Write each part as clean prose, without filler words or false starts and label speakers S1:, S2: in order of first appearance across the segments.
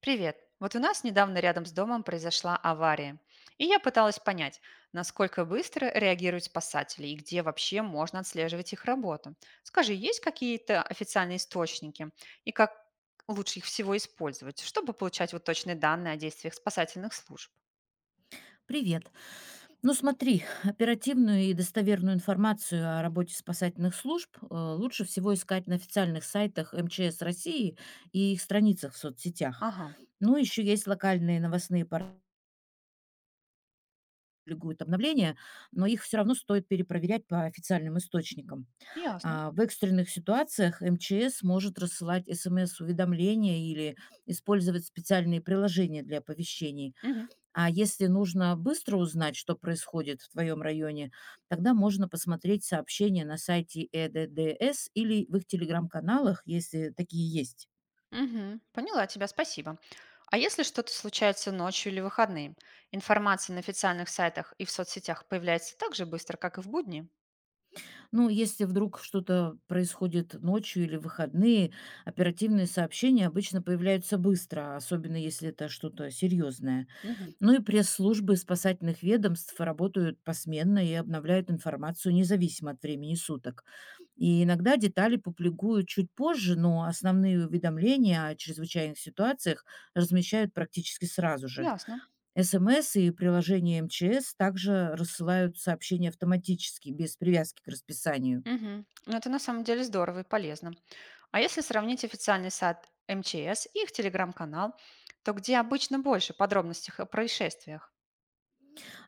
S1: Привет. Вот у нас недавно рядом с домом произошла авария. И я пыталась понять, насколько быстро реагируют спасатели и где вообще можно отслеживать их работу. Скажи, есть какие-то официальные источники и как лучше их всего использовать, чтобы получать вот точные данные о действиях спасательных служб?
S2: Привет. Ну смотри, оперативную и достоверную информацию о работе спасательных служб лучше всего искать на официальных сайтах МЧС России и их страницах в соцсетях.
S1: Ага,
S2: Ну, еще есть локальные новостные порталы, публикуют обновления, но их все равно стоит перепроверять по официальным источникам.
S1: ясно.
S2: А в экстренных ситуациях МЧС может рассылать СМС-уведомления или использовать специальные приложения для оповещений.
S1: Мгм.
S2: А если нужно быстро узнать, что происходит в твоем районе, тогда можно посмотреть сообщения на сайте ЭДДС или в их телеграм-каналах, если такие есть.
S1: Мгм. Поняла тебя, спасибо. А если что-то случается ночью или выходные, информация на официальных сайтах и в соцсетях появляется так же быстро, как и в будни?
S2: Ну, если вдруг что-то происходит ночью или в выходные, оперативные сообщения обычно появляются быстро, особенно если это что-то серьезное. Ну и пресс-службы спасательных ведомств работают посменно и обновляют информацию независимо от времени суток. И иногда детали публикуют чуть позже, но основные уведомления о чрезвычайных ситуациях размещают практически сразу же.
S1: Ясно.
S2: СМС и приложение МЧС также рассылают сообщения автоматически, без привязки к расписанию.
S1: Мгм. Ну, это на самом деле здорово и полезно. А если сравнить официальный сайт МЧС и их телеграм-канал, то где обычно больше подробностей о происшествиях?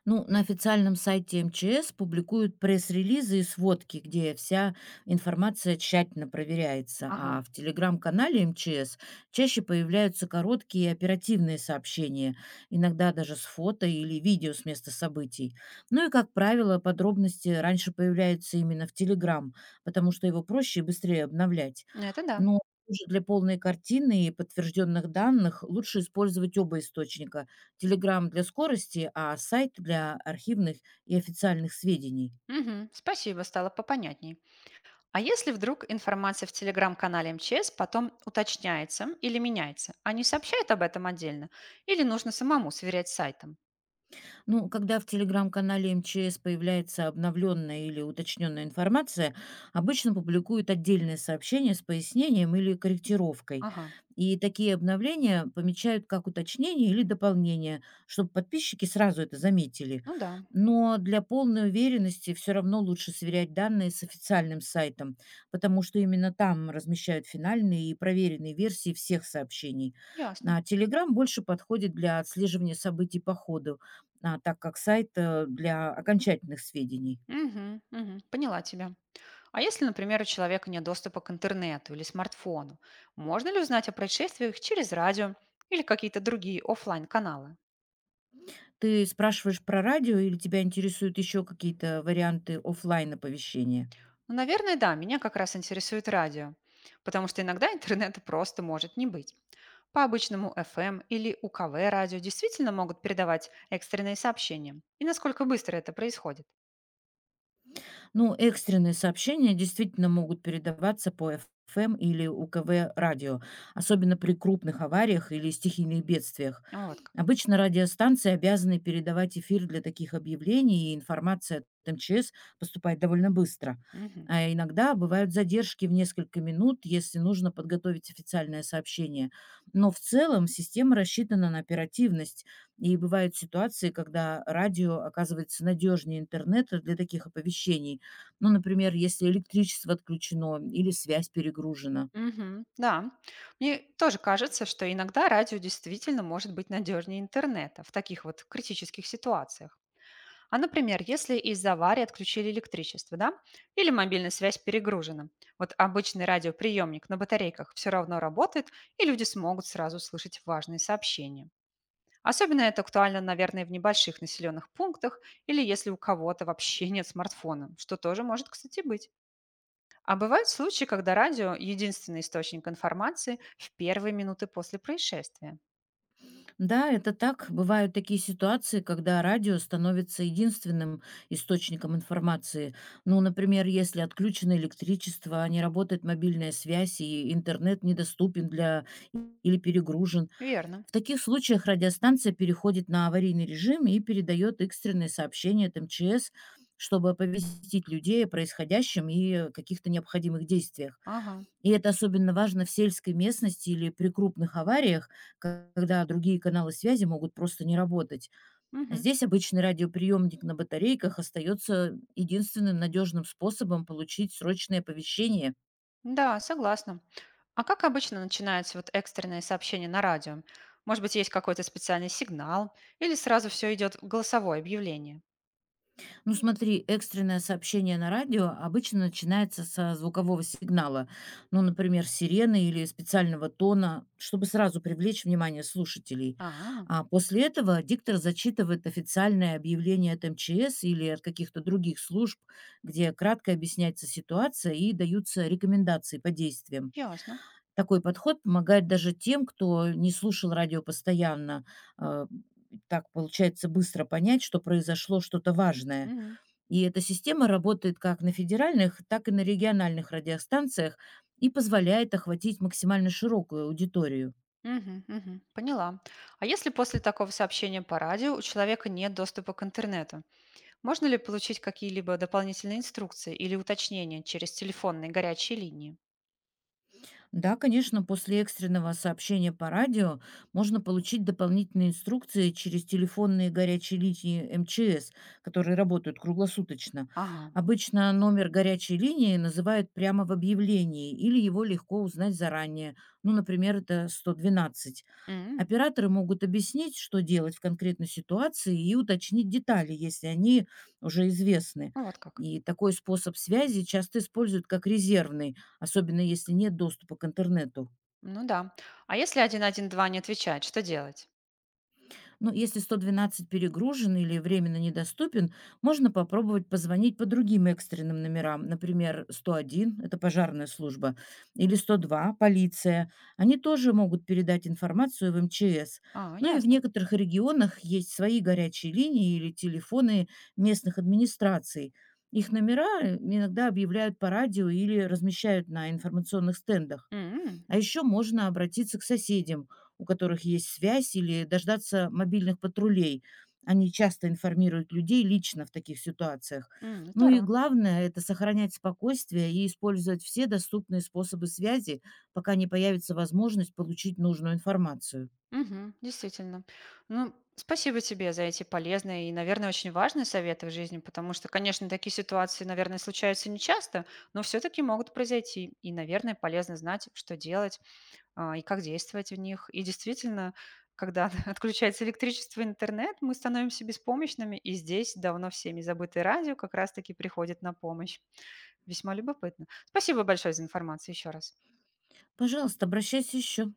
S2: Ну, на официальном сайте МЧС публикуют пресс-релизы и сводки, где вся информация тщательно проверяется,
S1: Ага,
S2: а в телеграм-канале МЧС чаще появляются короткие и оперативные сообщения, иногда даже с фото или видео с места событий. Ну и, как правило, подробности раньше появляются именно в телеграм, потому что его проще и быстрее обновлять.
S1: это да.
S2: Но уже для полной картины и подтвержденных данных лучше использовать оба источника, Telegram для скорости, а сайт для архивных и официальных сведений.
S1: Мгм. Спасибо, стало попонятней. А если вдруг информация в телеграм-канале МЧС потом уточняется или меняется, они сообщают об этом отдельно или нужно самому сверять с сайтом?
S2: Ну, когда в телеграм-канале МЧС появляется обновленная или уточненная информация, обычно публикуют отдельное сообщение с пояснением или корректировкой.
S1: Ага,
S2: И такие обновления помечают как уточнение или дополнение, чтобы подписчики сразу это заметили.
S1: ну да,
S2: Но для полной уверенности все равно лучше сверять данные с официальным сайтом, потому что именно там размещают финальные и проверенные версии всех сообщений.
S1: ясно.
S2: А Telegram больше подходит для отслеживания событий по ходу, так как сайт, для окончательных сведений.
S1: Мгм, мгм. Поняла тебя. А если, например, у человека нет доступа к интернету или смартфону, можно ли узнать о происшествиях через радио или какие-то другие оффлайн каналы?
S2: Ты спрашиваешь про радио или тебя интересуют еще какие-то варианты оффлайн-оповещения?
S1: Ну, наверное, да, меня как раз интересует радио, потому что иногда интернета просто может не быть. По обычному FM или УКВ радио действительно могут передавать экстренные сообщения. И насколько быстро это происходит?
S2: Ну, экстренные сообщения действительно могут передаваться по ФМ или УКВ радио, особенно при крупных авариях или стихийных бедствиях.
S1: Вот как.
S2: Обычно радиостанции обязаны передавать эфир для таких объявлений, и информация от МЧС поступает довольно быстро.
S1: Мгм.
S2: А иногда бывают задержки в несколько минут, если нужно подготовить официальное сообщение. Но в целом система рассчитана на оперативность, и бывают ситуации, когда радио оказывается надежнее интернета для таких оповещений, ну, например, если электричество отключено или связь перегружена.
S1: Мгм. Да, мне тоже кажется, что иногда радио действительно может быть надежнее интернета в таких вот критических ситуациях. А, например, если из-за аварии отключили электричество, да, или мобильная связь перегружена, вот обычный радиоприемник на батарейках все равно работает, и люди смогут сразу слышать важные сообщения. Особенно это актуально, наверное, в небольших населенных пунктах или если у кого-то вообще нет смартфона, что тоже может, кстати, быть. А бывают случаи, когда радио– единственный источник информации в первые минуты после происшествия.
S2: Да, это так. Бывают такие ситуации, когда радио становится единственным источником информации. Ну, например, если отключено электричество, не работает мобильная связь и интернет недоступен для или перегружен.
S1: Верно.
S2: В таких случаях радиостанция переходит на аварийный режим и передает экстренные сообщения от МЧС, чтобы оповестить людей о происходящем и каких-то необходимых действиях.
S1: Ага.
S2: И это особенно важно в сельской местности или при крупных авариях, когда другие каналы связи могут просто не работать.
S1: Мгм.
S2: Здесь обычный радиоприемник на батарейках остается единственным надежным способом получить срочное оповещение.
S1: Да, согласна. А как обычно начинается вот экстренное сообщение на радио? Может быть, есть какой-то специальный сигнал? Или сразу все идет в голосовое объявление?
S2: Ну смотри, экстренное сообщение на радио обычно начинается со звукового сигнала, ну, например, сирены или специального тона, чтобы сразу привлечь внимание слушателей.
S1: А,
S2: А после этого диктор зачитывает официальное объявление от МЧС или от каких-то других служб, где кратко объясняется ситуация и даются рекомендации по действиям.
S1: ясно.
S2: Такой подход помогает даже тем, кто не слушал радио постоянно, э, так получается быстро понять, что произошло что-то важное.
S1: Мгм.
S2: И эта система работает как на федеральных, так и на региональных радиостанциях и позволяет охватить максимально широкую аудиторию.
S1: Мгм, мгм. Поняла. А если после такого сообщения по радио у человека нет доступа к интернету, можно ли получить какие-либо дополнительные инструкции или уточнения через телефонные горячие линии?
S2: Да, конечно, после экстренного сообщения по радио можно получить дополнительные инструкции через телефонные горячие линии МЧС, которые работают круглосуточно.
S1: Ага.
S2: Обычно номер горячей линии называют прямо в объявлении или его легко узнать заранее. Ну, например, это 112.
S1: М,
S2: Операторы могут объяснить, что делать в конкретной ситуации, и уточнить детали, если они уже известны.
S1: ну вот как.
S2: И такой способ связи часто используют как резервный, особенно если нет доступа к интернету.
S1: Ну да. А если один-один-два не отвечает, что делать?
S2: Ну, если 112 перегружен или временно недоступен, можно попробовать позвонить по другим экстренным номерам. Например, 101 — это пожарная служба, или 102 — полиция. Они тоже могут передать информацию в МЧС.
S1: А,
S2: Ну и в
S1: ясно.
S2: некоторых регионах есть свои горячие линии или телефоны местных администраций. Их номера иногда объявляют по радио или размещают на информационных стендах.
S1: М.
S2: А еще можно обратиться к соседям, у которых есть связь, или дождаться мобильных патрулей. Они часто информируют людей лично в таких ситуациях.
S1: М, ну,
S2: Ну и
S1: здорово.
S2: главное — это сохранять спокойствие и использовать все доступные способы связи, пока не появится возможность получить нужную информацию.
S1: Мгм, действительно. Ну, спасибо тебе за эти полезные и, наверное, очень важные советы в жизни, потому что, конечно, такие ситуации, наверное, случаются нечасто, но все-таки могут произойти. И, наверное, полезно знать, что делать и как действовать в них. И действительно, когда отключается электричество и интернет, мы становимся беспомощными, и здесь давно всеми забытое радио как раз-таки приходит на помощь. Весьма любопытно. Спасибо большое за информацию еще раз.
S2: Пожалуйста, обращайся еще.